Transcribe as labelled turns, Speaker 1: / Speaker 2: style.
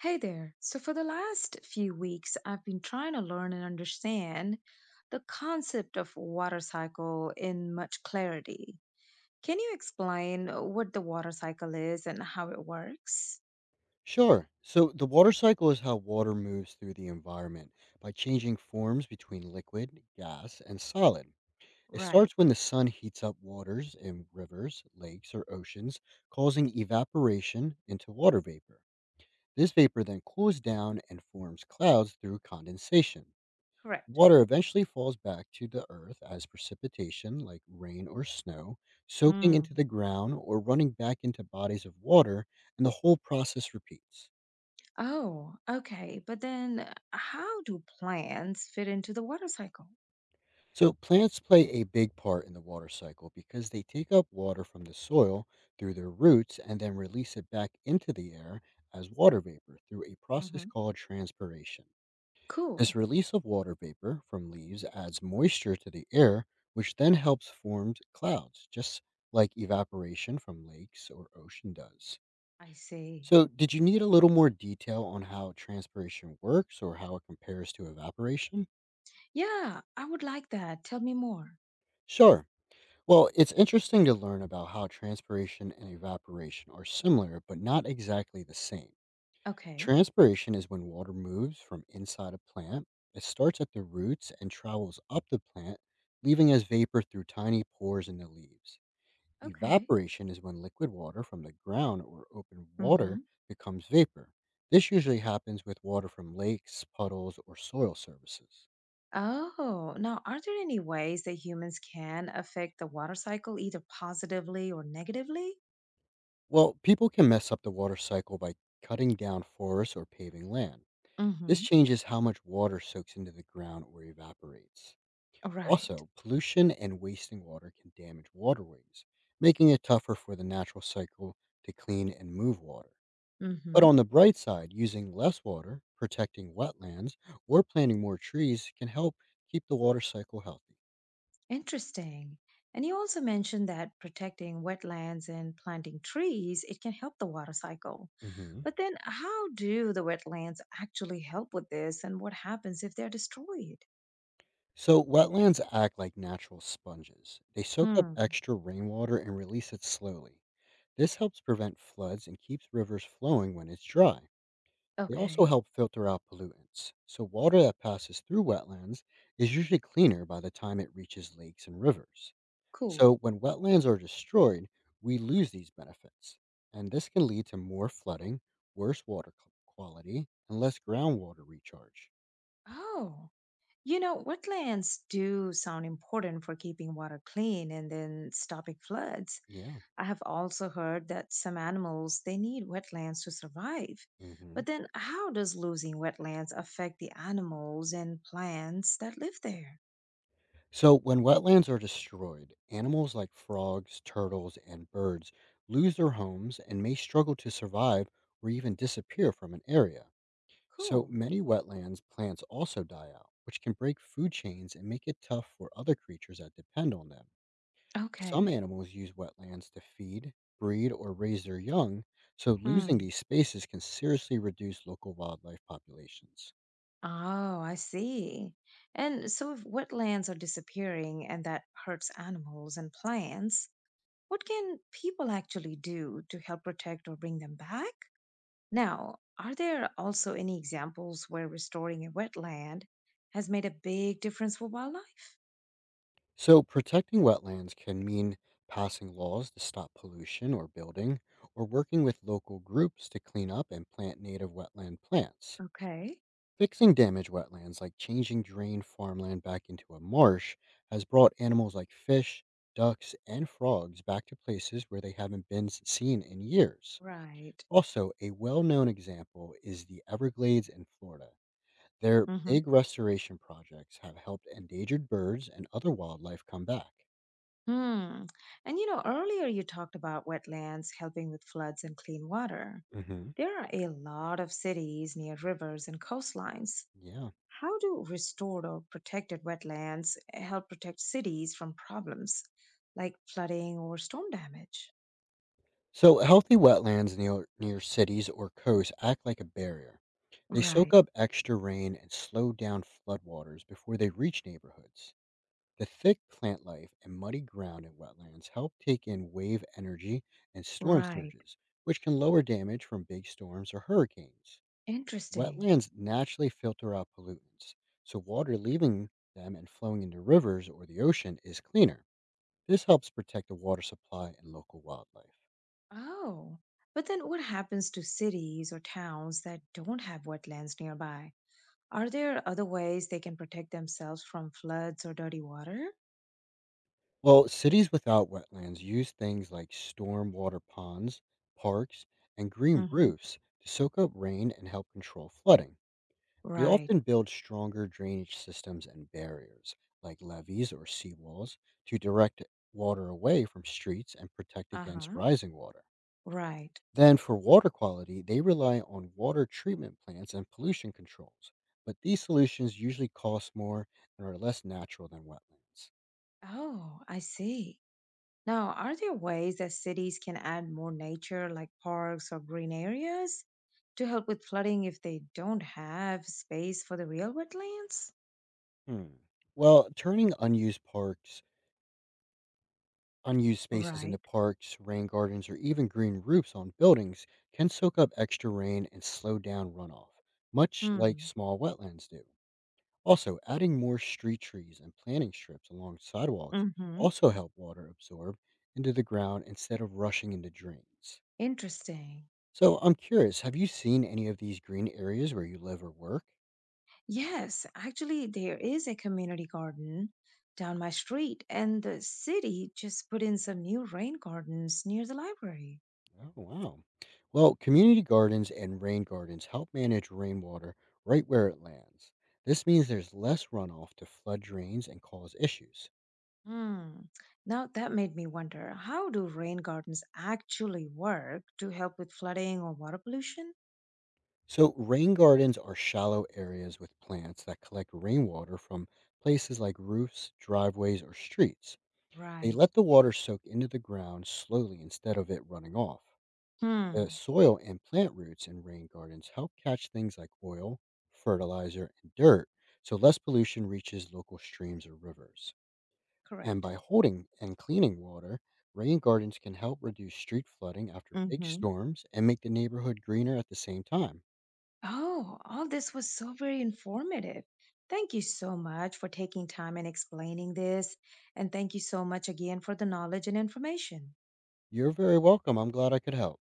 Speaker 1: Hey there. So, for the last few weeks, I've been trying to learn and understand the concept of water cycle in much clarity. Can you explain what the water cycle is and how it works?
Speaker 2: Sure. So the water cycle is how water moves through the environment by changing forms between liquid, gas, and solid. It
Speaker 1: Right,
Speaker 2: starts when the sun heats up waters in rivers, lakes, or oceans, causing evaporation into water vapor. This vapor then cools down and forms clouds through condensation.
Speaker 1: correct.
Speaker 2: Water eventually falls back to the earth as precipitation, like rain or snow, soaking
Speaker 1: Hmm.
Speaker 2: into the ground or running back into bodies of water, and the whole process repeats.
Speaker 1: Oh, okay. But then, how do plants fit into the water cycle?
Speaker 2: So, plants play a big part in the water cycle because they take up water from the soil through their roots and then release it back into the air as water vapor through a process
Speaker 1: Hmm.
Speaker 2: called transpiration. This
Speaker 1: Cool.
Speaker 2: release of water vapor from leaves adds moisture to the air, which then helps form clouds, just like evaporation from lakes or ocean does.
Speaker 1: I see.
Speaker 2: So, did you need a little more detail on how transpiration works or how it compares to evaporation?
Speaker 1: Yeah, I would like that. Tell me more.
Speaker 2: Sure. Well, it's interesting to learn about how transpiration and evaporation are similar, but not exactly the same.
Speaker 1: Okay.
Speaker 2: Transpiration is when water moves from inside a plant. It starts at the roots and travels up the plant, leaving as vapor through tiny pores in the leaves.
Speaker 1: Okay.
Speaker 2: Evaporation is when liquid water from the ground or open water
Speaker 1: Hmm.
Speaker 2: becomes vapor. This usually happens with water from lakes, puddles, or soil surfaces.
Speaker 1: Oh, now are there any ways that humans can affect the water cycle either positively or negatively?
Speaker 2: Well, people can mess up the water cycle by cutting down forests or paving land. This
Speaker 1: Hmm.
Speaker 2: changes how much water soaks into the ground or evaporates.
Speaker 1: Right.
Speaker 2: Also, pollution and wasting water can damage waterways, making it tougher for the natural cycle to clean and move water. But
Speaker 1: Mm-hmm.
Speaker 2: on the bright side, using less water, protecting wetlands, or planting more trees can help keep the water cycle healthy.
Speaker 1: Interesting. And you also mentioned that protecting wetlands and planting trees, it can help the water cycle.
Speaker 2: Mhm.
Speaker 1: But then how do the wetlands actually help with this and what happens if they're destroyed?
Speaker 2: So, wetlands act like natural sponges. They soak up
Speaker 1: Hmm.
Speaker 2: extra rainwater and release it slowly. This helps prevent floods and keeps rivers flowing when it's dry. They also
Speaker 1: Okay,
Speaker 2: help filter out pollutants, so water that passes through wetlands is usually cleaner by the time it reaches lakes and rivers.
Speaker 1: cool.
Speaker 2: So when wetlands are destroyed, we lose these benefits, and this can lead to more flooding, worse water quality, and less groundwater recharge.
Speaker 1: Oh, you know, wetlands do sound important for keeping water clean and then stopping floods.
Speaker 2: Yeah.
Speaker 1: I have also heard that some animals they need wetlands to survive.
Speaker 2: Hmm.
Speaker 1: But then how does losing wetlands affect the animals and plants that live there?
Speaker 2: So when wetlands are destroyed, animals like frogs, turtles, and birds lose their homes and may struggle to survive or even disappear from an area. So
Speaker 1: Cool.
Speaker 2: many wetlands plants also die out, which can break food chains and make it tough for other creatures that depend on them. Some
Speaker 1: Okay.
Speaker 2: animals use wetlands to feed, breed, or raise their young, so losing
Speaker 1: Hmm.
Speaker 2: these spaces can seriously reduce local wildlife populations.
Speaker 1: Oh, I see. And so if wetlands are disappearing and that hurts animals and plants, what can people actually do to help protect or bring them back? Now, are there also any examples where restoring a wetland has made a big difference for wildlife?
Speaker 2: So protecting wetlands can mean passing laws to stop pollution or building, or working with local groups to clean up and plant native wetland plants.
Speaker 1: Okay,
Speaker 2: Fixing damaged wetlands, like changing drained farmland back into a marsh, has brought animals like fish, ducks, and frogs back to places where they haven't been seen in years.
Speaker 1: right.
Speaker 2: Also, a well known example is the Everglades in Florida. Their
Speaker 1: Mm-hmm.
Speaker 2: big restoration projects have helped endangered birds and other wildlife come back.
Speaker 1: Hmm. And you know, earlier you talked about wetlands helping with floods and clean water.
Speaker 2: Hmm.
Speaker 1: There are a lot of cities near rivers and coastlines.
Speaker 2: Yeah.
Speaker 1: How do restored or protected wetlands help protect cities from problems like flooding or storm damage?
Speaker 2: So, healthy wetlands near cities or coasts act like a barrier. They soak
Speaker 1: Right,
Speaker 2: up extra rain and slow down floodwaters before they reach neighborhoods. The thick plant life and muddy ground in wetlands help take in wave energy and storm
Speaker 1: right.
Speaker 2: surges, which can lower damage from big storms or hurricanes.
Speaker 1: Interesting.
Speaker 2: Wetlands naturally filter out pollutants, so water leaving them and flowing into rivers or the ocean is cleaner. This helps protect the water supply and local wildlife.
Speaker 1: Oh, but then what happens to cities or towns that don't have wetlands nearby? Are there other ways they can protect themselves from floods or dirty water?
Speaker 2: Well, cities without wetlands use things like stormwater ponds, parks, and green
Speaker 1: Mm-hmm.
Speaker 2: roofs to soak up rain and help control flooding. They
Speaker 1: Right.
Speaker 2: often build stronger drainage systems and barriers, like levees or seawalls, to direct water away from streets and protect against
Speaker 1: Uh-huh.
Speaker 2: rising water.
Speaker 1: Right.
Speaker 2: Then, for water quality, they rely on water treatment plants and pollution controls, but these solutions usually cost more and are less natural than wetlands.
Speaker 1: Oh, I see. Now, are there ways that cities can add more nature, like parks or green areas, to help with flooding if they don't have space for the real wetlands?
Speaker 2: Hmm. Well, turning unused parks, unused spaces into
Speaker 1: Right.
Speaker 2: parks, rain gardens, or even green roofs on buildings can soak up extra rain and slow down runoff, much like
Speaker 1: Hmm.
Speaker 2: small wetlands do. Also, adding more street trees and planting strips along sidewalks
Speaker 1: Mm-hmm.
Speaker 2: also help water absorb into the ground instead of rushing into drains.
Speaker 1: Interesting.
Speaker 2: So, I'm curious, have you seen any of these green areas where you live or work?
Speaker 1: Yes, actually, there is a community garden down my street, and the city just put in some new rain gardens near the library.
Speaker 2: Oh, wow. Well, community gardens and rain gardens help manage rainwater right where it lands. This means there's less runoff to flood drains and cause issues.
Speaker 1: Hmm. Now that made me wonder, how do rain gardens actually work to help with flooding or water pollution?
Speaker 2: So, rain gardens are shallow areas with plants that collect rainwater from places like roofs, driveways, or streets. They
Speaker 1: Right.
Speaker 2: let the water soak into the ground slowly instead of it running off. The
Speaker 1: Hmm.
Speaker 2: soil and plant roots in rain gardens help catch things like oil, fertilizer, and dirt, so less pollution reaches local streams or rivers. And
Speaker 1: Correct.
Speaker 2: by holding and cleaning water, rain gardens can help reduce street flooding after big
Speaker 1: Hmm.
Speaker 2: storms and make the neighborhood greener at the same time.
Speaker 1: Oh, all this was so very informative. Thank you so much for taking time and explaining this. And thank you so much again for the knowledge and information.
Speaker 2: You're very welcome. I'm glad I could help.